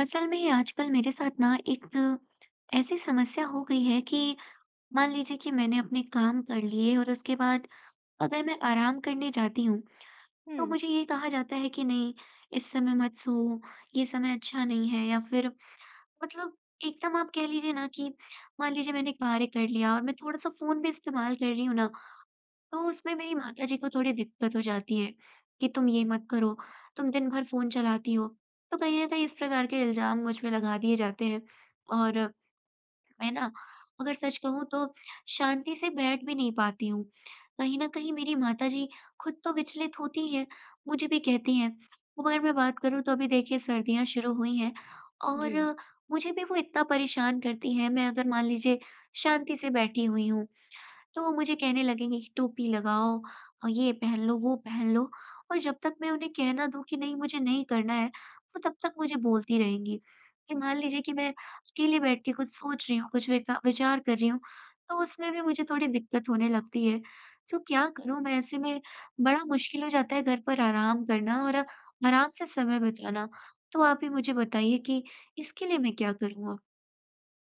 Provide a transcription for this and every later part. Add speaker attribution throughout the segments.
Speaker 1: असल में आजकल मेरे साथ ना एक ऐसी समस्या हो गई है कि मान लीजिए कि मैंने अपने काम कर लिए और उसके बाद अगर मैं आराम करने जाती हूँ, तो
Speaker 2: हुँ,
Speaker 1: मुझे ये कहा जाता है कि नहीं, इस समय मत सो, ये समय अच्छा नहीं है। या फिर मतलब एकदम आप कह लीजिए ना कि मान लीजिए मैंने कार्य कर लिया और मैं थोड़ा सा फोन भी इस्तेमाल कर रही हूँ ना, तो उसमें मेरी माताजी को थोड़ी दिक्कत हो जाती है कि तुम ये मत करो, तुम दिन भर फ़ोन चलाती हो। तो कहीं न कहीं इस प्रकार के इल्ज़ाम मुझ पे लगा दिए जाते हैं और मैं ना, अगर सच कहूँ तो शांति से बैठ भी नहीं पाती हूँ। कहीं न कहीं मेरी माताजी खुद तो विचलित होती हैं, मुझे भी कहती हैं। मगर मैं बात करूँ तो अभी देखिए, सर्दियाँ शुरू हुई हैं
Speaker 2: जी।
Speaker 1: और मुझे भी वो इतना परेशान करती हैं, मैं अगर मान लीजिए शांति से बैठी हुई हूँ। तो वो मुझे कहने लगेंगे कि टोपी लगाओ, ये पहन लो, वो पहन लो। और जब तक मैं उन्हें कह ना दूँ कि नहीं मुझे नहीं करना है, वो तब तक मुझे बोलती रहेंगी। फिर मान लीजिए कि मैं अकेले बैठ के कुछ सोच रही हूँ, कुछ विका विचार कर रही हूँ, तो उसमें भी मुझे थोड़ी दिक्कत होने लगती है। तो क्या करूँ मैं ऐसे में? बड़ा मुश्किल हो जाता है घर पर आराम करना और आराम से समय बिताना। तो आप ही मुझे बताइए कि इसके लिए मैं क्या करूँ।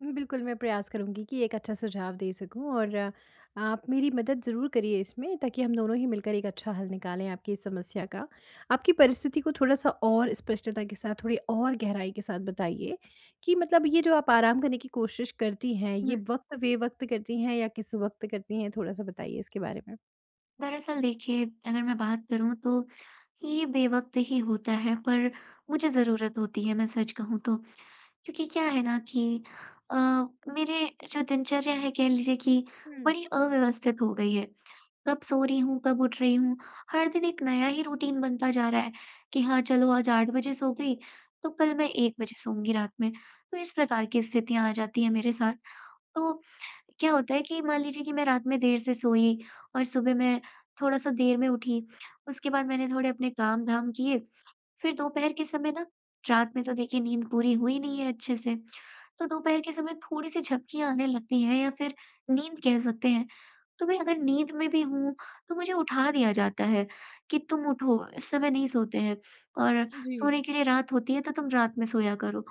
Speaker 2: बिल्कुल, मैं प्रयास करूँगी कि एक अच्छा सुझाव दे सकूँ और आप मेरी मदद ज़रूर करिए इसमें, ताकि हम दोनों ही मिलकर एक अच्छा हल निकालें आपकी इस समस्या का। आपकी परिस्थिति को थोड़ा-सा और स्पष्टता के साथ, थोड़ी और गहराई के साथ बताइए कि मतलब ये जो आप आराम करने की कोशिश करती हैं, ये
Speaker 1: अब?
Speaker 2: वक़्त-बे-वक़्त करती हैं या किस वक़्त करती हैं? थोड़ा-सा बताइए इसके बारे में।
Speaker 1: दरअसल देखिए, अगर मैं बात करूँ तो ये बेवक़्त ही होता है, पर मुझे ज़रूरत होती है, मैं सच कहूँ तो। क्योंकि क्या है ना कि अ, मेरे जो दिनचर्या है, कह लीजिए कि
Speaker 2: हुँ,
Speaker 1: बड़ी अव्यवस्थित हो गई है। कब सो रही हूँ, कब उठ रही हूँ, हर दिन एक नया ही रूटीन बनता जा रहा है कि हाँ, चलो आज 8 बजे सो गई तो कल मैं 1 बजे सोऊँगी रात में। तो इस प्रकार की स्थितियाँ आ जाती हैं मेरे साथ। तो क्या होता है कि मान लीजिए कि मैं रात में देर से सोई और सुबह मैं थोड़ा-सा देर में उठी, उसके बाद मैंने थोड़े अपने काम-धाम किए, फिर दोपहर के समय ना, रात में तो देखिए नींद पूरी हुई नहीं है अच्छे से, तो दोपहर के समय थोड़ी-सी झपकियाँ आने लगती हैं या फिर नींद कह सकते हैं। तो मैं अगर नींद में भी हूँ, तो मुझे उठा दिया जाता है कि तुम उठो, इस समय नहीं सोते हैं, और
Speaker 2: जी।
Speaker 1: सोने के लिए रात होती है तो तुम रात में सोया करो।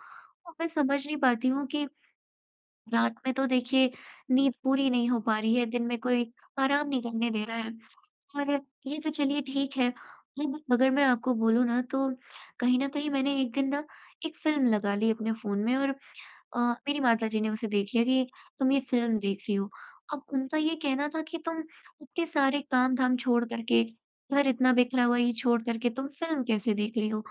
Speaker 1: और मैं समझ नहीं पाती हूँ कि रात में तो देखिए नींद पूरी नहीं हो पा रही है, दिन में कोई आराम नहीं करने दे रहा है। और ये तो चलिए ठीक है, अब अगर मैं आपको बोलूँ ना तो कहीं न कहीं मैंने एक दिन ना, एक फ़िल्म लगा ली अपने फ़ोन में और अ, मेरी माताजी ने उसे देख लिया कि तुम ये फ़िल्म देख रही हो। अब उनका ये कहना था कि तुम इतने सारे काम-धाम छोड़ कर के, घर इतना बिखरा हुआ ये छोड़ कर के तुम फ़िल्म कैसे देख रही हो?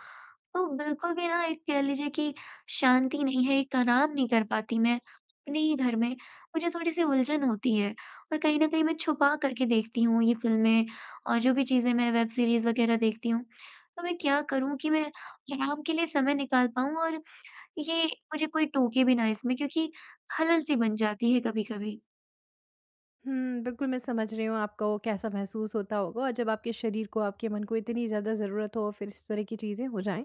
Speaker 1: तो बिल्कुल भी ना, एक कह लीजिए कि शांति नहीं है, एक आराम नहीं कर पाती मैं अपने ही घर में। मुझे थोड़ी-सी उलझन होती है और कहीं न कहीं मैं छुपा करके देखती हूँ ये फ़िल्में और जो भी चीज़ें मैं वेब सीरीज़ वग़ैरह देखती हूँ। तो मैं क्या करूँ कि मैं आराम के लिए समय निकाल पाऊँ और ये मुझे कोई टोके भी ना इसमें, क्योंकि खलल-सी बन जाती है कभी-कभी।
Speaker 2: हुँ, बिल्कुल मैं समझ रही हूँ आपको कैसा महसूस होता होगा, और जब आपके शरीर को, आपके मन को इतनी ज़्यादा ज़रूरत हो और फिर इस तरह की चीज़ें हो जाएँ,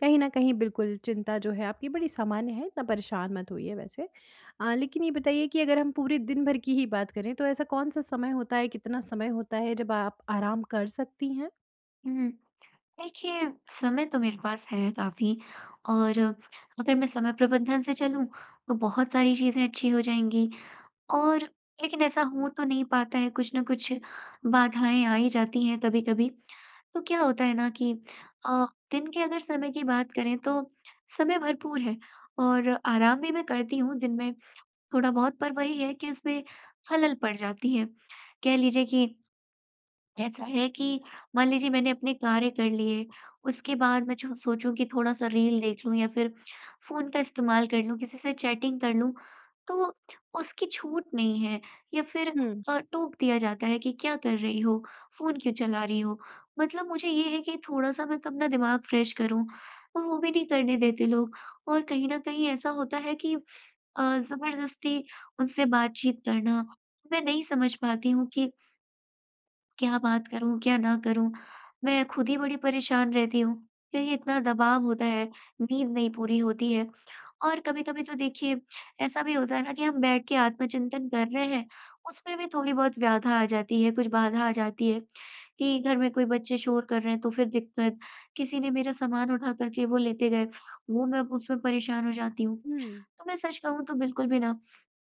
Speaker 2: कहीं न कहीं बिल्कुल चिंता जो है आपकी बड़ी सामान्य है, इतना परेशान मत होइए वैसे। लेकिन ये बताइए कि अगर हम पूरे दिन भर की ही बात करें तो ऐसा कौन-सा समय होता है, कितना समय होता है जब आप आराम कर सकती हैं?
Speaker 1: हुँ। देखिए, समय तो मेरे पास है काफ़ी, और अगर मैं समय प्रबंधन से चलूँ, तो बहुत सारी चीज़ें अच्छी हो जाएँगी, और लेकिन ऐसा हो तो नहीं पाता है, कुछ न कुछ बाधाएँ आ ही जाती हैं कभी-कभी। तो क्या होता है ना कि अ, दिन के अगर समय की बात करें तो समय भरपूर है और आराम भी मैं करती हूँ दिन में थोड़ा-बहुत, पर वही है कि उसमें खलल पड़ जाती है। कह लीजिए कि ऐसा है कि मान लीजिए मैंने अपने कार्य कर लिए, उसके बाद मैं जो सोचूँ कि थोड़ा-सा रील देख लूँ या फिर फ़ोन का इस्तेमाल कर लूँ, किसी से चैटिंग कर लूँ, तो उसकी छूट नहीं है। या फिर
Speaker 2: हुँ,
Speaker 1: टोक दिया जाता है कि क्या कर रही हो? फ़ोन क्यों चला रही हो? मतलब मुझे ये है कि थोड़ा-सा मैं तो अपना दिमाग फ्रेश करूँ, वो भी नहीं करने देते लोग। और कहीं न कहीं ऐसा होता है कि ज़बरदस्ती उनसे बातचीत करना, मैं नहीं समझ पाती हूँ कि क्या बात करूँ, क्या ना करूँ? मैं खुद ही बड़ी परेशान रहती हूँ, क्योंकि इतना दबाव होता है, नींद नहीं पूरी होती है। और कभी-कभी तो देखिए ऐसा भी होता है ना कि हम बैठ के आत्मचिंतन कर रहे हैं, उसमें भी थोड़ी बहुत व्याधा आ जाती है, कुछ बाधा आ जाती है, कि घर में कोई बच्चे शोर कर रहे हैं तो फिर दिक्कत, किसी ने मेरा सामान उठा कर के वो लेते गए, वो मैं उसमें परेशान हो जाती हूँ।
Speaker 2: हुँ।
Speaker 1: तो मैं सच कहूँ तो बिल्कुल भी ना,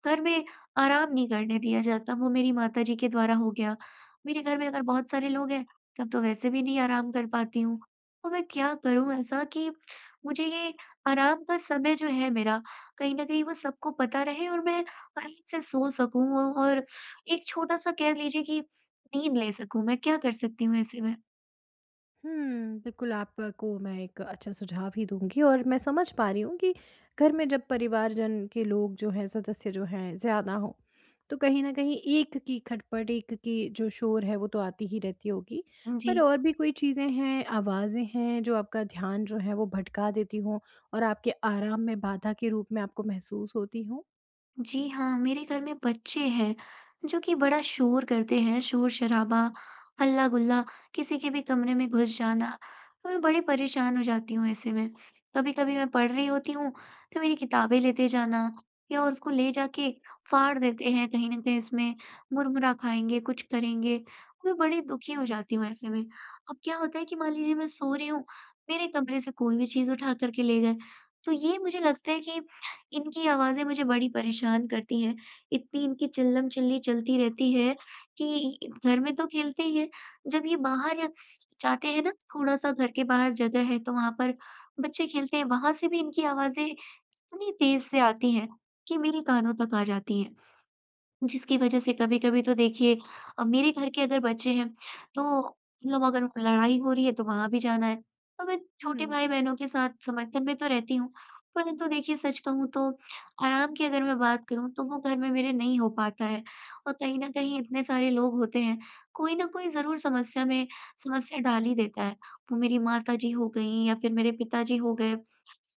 Speaker 1: घर में आराम नहीं करने दिया जाता, वो मेरी माताजी के द्वारा हो गया। मेरे घर में अगर बहुत सारे लोग हैं, तब तो वैसे भी नहीं आराम कर पाती हूँ। तो मैं क्या करूँ ऐसा कि मुझे ये आराम का समय जो है मेरा, कहीं न कहीं वो सबको पता रहे और मैं आराम से सो सकूँ औ और एक छोटा-सा कह लीजिए कि नींद ले सकूँ। मैं क्या कर सकती हूँ ऐसे में?
Speaker 2: हुँ, बिल्कुल आपको मैं एक अच्छा सुझाव ही दूँगी, और मैं समझ पा रही हूँ कि घर में जब परिवारजन के लोग जो हैं, सदस्य जो हैं ज़्यादा हों, तो कहीं न कहीं एक की खटपट, एक की जो शोर है वो तो आती ही रहती होगी।
Speaker 1: जी।
Speaker 2: पर और भी कोई चीज़ें हैं, आवाज़ें हैं जो आपका ध्यान जो है वो भटका देती हों और आपके आराम में बाधा के रूप में आपको महसूस होती हों?
Speaker 1: जी हाँ, मेरे घर में बच्चे हैं, जो कि बड़ा शोर करते हैं, शोर-शराबा, हल्ला-गुल्ला, किसी के भी कमरे में घुस जाना। तो मैं बड़ी परेशान हो जाती हूँ ऐसे में। कभी-कभी मैं पढ़ रही होती हूँ, तो मेरी किताबें लेते जाना या उसको ले जाके फाड़ देते हैं कहीं न कहीं इसमें, मुरमुरा खाएँगे, कुछ करेंगे। मैं बड़ी दुखी हो जाती हूँ ऐसे में। अब क्या होता है कि मान लीजिए मैं सो रही हूँ, मेरे कमरे से कोई भी चीज़ उठा कर के ले गए, तो ये मुझे लगता है कि इनकी आवाज़ें मुझे बड़ी परेशान करती हैं। इतनी इनकी चिल्लम-चिल्ली चलती रहती है कि घर में तो खेलते ही हैं, जब ये बाहर जाते हैं ना, थोड़ा-सा घर के बाहर जगह है तो वहाँ पर बच्चे खेलते हैं, वहाँ से भी इनकी आवाज़ें इतनी तेज़ से आती हैं कि मेरे कानों तक आ जाती हैं। जिसकी वजह से कभी-कभी तो देखिए मेरे घर के अगर बच्चे हैं, तो मतलब अगर लड़ाई हो रही है तो वहाँ भी जाना है। तो मैं छोटे
Speaker 2: हुँ।
Speaker 1: भाई-बहनों के साथ समर्थन में तो रहती हूँ, परंतु देखिए सच कहूँ तो आराम की अगर मैं बात करूँ तो वो घर में मेरे नहीं हो पाता है। और कहीं न कहीं इतने सारे लोग होते हैं, कोई न कोई ज़रूर समस्या में समस्या डाल ही देता है। वो मेरी माताजी हो गईं या फिर मेरे पिताजी हो गए।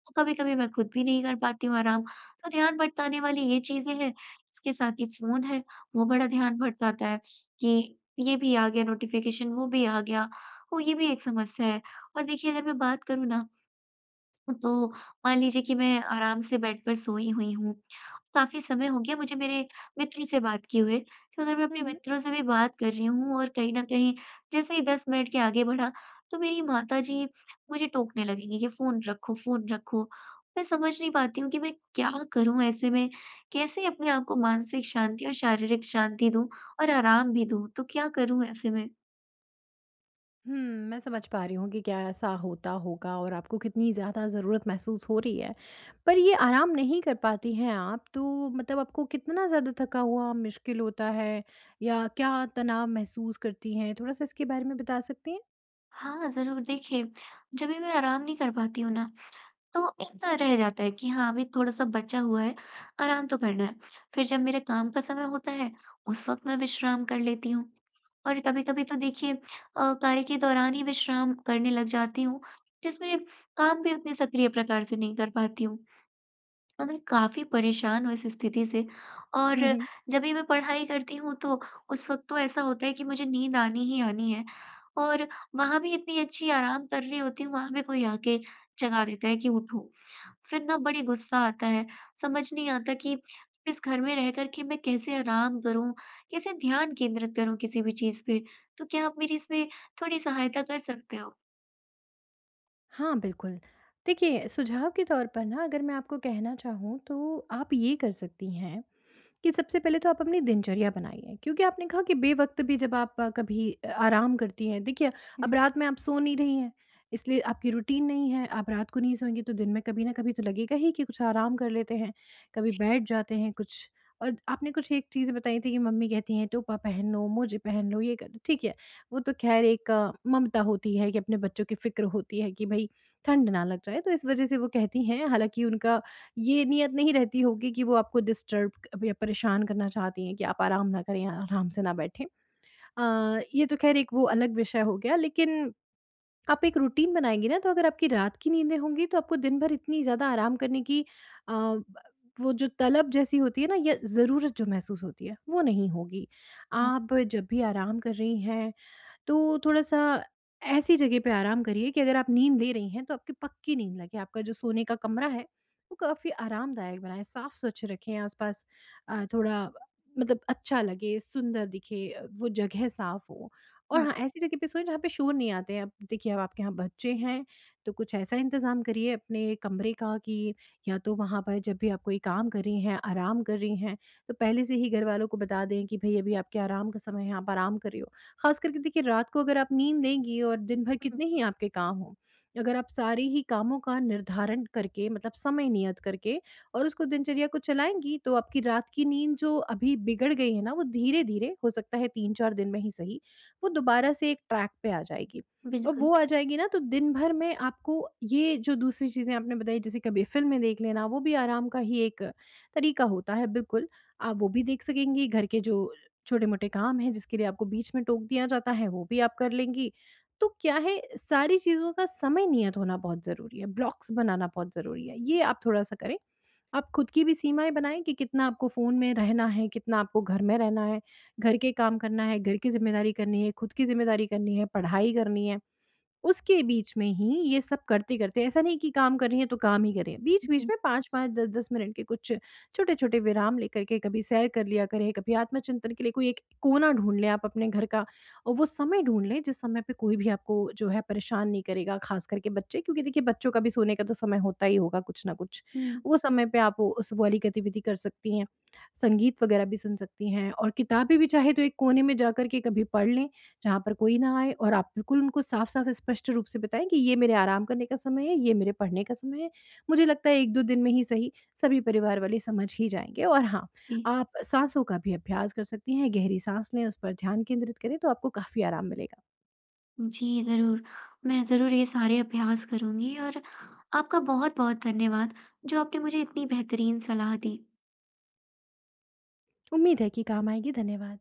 Speaker 1: तो कभी-कभी मैं खुद भी नहीं कर पाती हूँ आराम, तो ध्यान भटकाने वाली ये चीज़ें हैं। इसके साथ ही फ़ोन है, वो बड़ा ध्यान भटकाता है कि ये भी आ गया नोटिफ़िकेशन, वो भी आ गया। वो ये भी एक समस्या है। और देखिए अगर मैं बात करूँ ना, तो मान लीजिए कि मैं आराम से बेड पर सोई हुई हूँ। काफ़ी समय हो गया मुझे मेरे मित्रों से बात किए हुए, तो अगर मैं
Speaker 2: हुँ,
Speaker 1: अपने
Speaker 2: हुँ।
Speaker 1: मित्रों से भी बात कर रही हूँ और कहीं न कहीं जैसे ही 10 मिनट के आगे बढ़ा, तो मेरी माताजी मुझे टोकने लगीं कि फ़ोन रखो, फ़ोन रखो। मैं समझ नहीं पाती हूँ कि मैं क्या करूँ ऐसे में? कैसे अपने आप को मानसिक शांति और शारीरिक शांति दूँ और आराम भी दूँ? तो क्या करूँ ऐसे में?
Speaker 2: हुँ, मैं समझ पा रही हूँ कि क्या ऐसा होता होगा और आपको कितनी ज़्यादा ज़रूरत महसूस हो रही है। पर ये आराम नहीं कर पाती हैं आप, तो मतलब आपको कितना ज़्यादा थका हुआ मुश्किल होता है या क्या तनाव महसूस करती हैं? थोड़ा-सा इसके बारे में बता सकती हैं?
Speaker 1: हाँ, ज़रूर देखिए, जब भी मैं आराम नहीं कर पाती हूँ ना, तो इतना रह जाता है कि हाँ, अभी थोड़ा-सा बचा हुआ है, आराम तो करना है। फिर जब मेरे काम का समय होता है, उस वक़्त मैं विश्राम कर लेती हूँ। और कभी-कभी तो देखिए कार्य के दौरान ही विश्राम करने लग जाती हूँ, जिसमें काम भी उतने सक्रिय प्रकार से नहीं कर पाती हूँ। तो मैं काफ़ी परेशान हूँ इस स्थिति से। और
Speaker 2: हुँ, हुँ।
Speaker 1: जब भी मैं पढ़ाई करती हूँ तो उस वक़्त तो ऐसा होता है कि मुझे नींद आनी ही आनी है, और वहाँ भी इतनी अच्छी आराम कर रही होती हूँ, वहाँ भी कोई आके जगा देता है कि उठो। फिर ना बड़ी गुस्सा आता है, समझ नहीं आता कि इस घर में रह कर के मैं कैसे आराम करूँ, कैसे ध्यान केंद्रित करूँ किसी भी चीज़ पे? तो क्या आप मेरी इसमें थोड़ी सहायता कर सकते हो?
Speaker 2: हाँ, बिल्कुल। देखिए, सुझाव के तौर पर ना, अगर मैं आपको कहना चाहूँ तो आप ये कर सकती हैं कि सबसे पहले तो आप अपनी दिनचर्या बनाइए, क्योंकि आपने कहा कि बेवक्त भी जब आप कभी आराम करती हैं। देखिए, अब
Speaker 1: हुँ,
Speaker 2: रात में आप सो नहीं रही हैं, इसलिए आपकी रूटीन नहीं है। आप रात को नहीं सोएंगी तो दिन में कभी ना कभी तो लगेगा ही कि कुछ आराम कर लेते हैं, कभी
Speaker 1: जी,
Speaker 2: बैठ जाते हैं कुछ। और आपने कुछ एक चीज़ बताई थी कि मम्मी कहती हैं टोपा पहन लो, मोजे पहन लो, ये कर, ठीक है। वो तो खैर एक ममता होती है, कि अपने बच्चों की फिक्र होती है कि भाई ठंड ना लग जाए, तो इस वजह से वो कहती हैं। हालांकि उनका ये नियत नहीं रहती होगी कि वो आपको डिस्टर्ब क या परेशान करना चाहती हैं, कि आप आराम ना करें, आराम से ना बैठें। ये तो ख़ैर एक वो अलग विषय हो गया, लेकिन आप एक रूटीन बनाएँगी ना, तो अगर आपकी रात की नींदें होंगी तो आपको दिन भर इतनी ज़्यादा आराम करने की, ब वो जो तलब जैसी होती है ना, या ज़रूरत जो महसूस होती है, वो नहीं होगी।
Speaker 1: हाँ,
Speaker 2: आप जब भी आराम कर रही हैं तो थोड़ा-सा ऐसी जगह पे आराम करिए कि अगर आप नींद ले रही हैं, तो आपकी पक्की नींद लगे। आपका जो सोने का कमरा है, वो काफ़ी आरामदायक बनाएँ, साफ-स्वच्छ रखें आस-पास। थोड़ा मतलब अच्छा लगे, सुंदर दिखे, वो जगह साफ हो। और
Speaker 1: हाँ,
Speaker 2: हाँ, ऐसी जगह पे सोएँ जहाँ पे शोर नहीं आते हैं। अब देखिए, अब आपके यहाँ बच्चे हैं, तो कुछ ऐसा इंतज़ाम करिए अपने कमरे का कि या तो वहाँ पर जब भी आप कोई काम कर रही हैं, आराम कर रही हैं, तो पहले से ही घर वालों को बता दें कि भई अभी आपके आराम का समय है, आप आराम कर रही हो। ख़ास करके देखिए, रात को अगर आप नींद लेंगी और दिन भर
Speaker 1: हुँ,
Speaker 2: कितने ही आपके काम हों, अगर आप सारे ही कामों का निर्धारण करके मतलब समय नियत करके और उसको दिनचर्या को चलाएँगी, तो आपकी रात की नींद जो अभी बिगड़ गई है ना, वो धीरे-धीरे हो सकता है 3-4 दिन में ही सही, वो दोबारा से एक ट्रैक पे आ जाएगी। और
Speaker 1: बिल्कुल,
Speaker 2: वो आ जाएगी ना, तो दिन भर में आपको ये जो दूसरी चीज़ें आपने बताई, जैसे कभी फ़िल्में देख लेना, वो भी आराम का ही एक तरीका होता है बिल्कुल। आप वो भी देख सकेंगी, घर के जो छोटे-मोटे काम हैं जिसके लिए आपको बीच में टोक दिया जाता है, वो भी आप कर लेंगी। तो क्या है, सारी चीज़ों का समय नियत होना बहुत ज़रूरी है, ब्लॉक्स बनाना बहुत ज़रूरी है। ये आप थोड़ा-सा करें। आप खुद की भी सीमाएँ बनाएँ कि कितना आपको फ़ोन में रहना है, कितना आपको घर में रहना है, घर के काम करना है, घर की ज़िम्मेदारी करनी है, खुद की ज़िम्मेदारी करनी है, पढ़ाई करनी है। उसके बीच में ही ये सब करते-करते ऐसा नहीं कि काम कर रही हैं तो काम ही करें। बीच-बीच
Speaker 1: हुँ,
Speaker 2: में 5-5 10-10 मिनट के कुछ छोटे-छोटे विराम लेकर के कभी सैर कर लिया करें, कभी आत्मचिंतन के लिए कोई एक कोना ढूँढ लें आप अपने घर का, और वो समय ढूँढ लें जिस समय पे कोई भी आपको जो है परेशान नहीं करेगा, ख़ास करके बच्चे, क्योंकि देखिए बच्चों का भी सोने का तो समय होता ही होगा कुछ ना कुछ।
Speaker 1: हुँ,
Speaker 2: वो समय पे आप उस वाली गतिविधि कर सकती हैं। संगीत वगैरह भी सुन सकती हैं, और किताबें भी चाहे तो एक कोने में जाकर के कभी पढ़ लें, जहाँ पर कोई ना आए, और आप बिल्कुल उनको साफ-साफ स्पष्ट रूप से बताएँ कि ये मेरे आराम करने का समय है, ये मेरे पढ़ने का समय है। मुझे लगता है 1-2 दिन में ही सही, सभी परिवार वाले समझ ही जाएँगे, और हाँ,
Speaker 1: जी।
Speaker 2: आप साँसों का भी अभ्यास कर सकती हैं, गहरी साँस लें, उस पर ध्यान केंद्रित करें तो आपको काफ़ी आराम मिलेगा।
Speaker 1: जी, ज़रूर। मैं ज़रूर ये सारे अभ्यास करूँगी और आपका बहुत-बहुत धन्यवाद, जो आपने मुझे इतनी बेहतरीन सलाह दी।
Speaker 2: उम्मीद है कि काम आएँगी। धन्यवाद।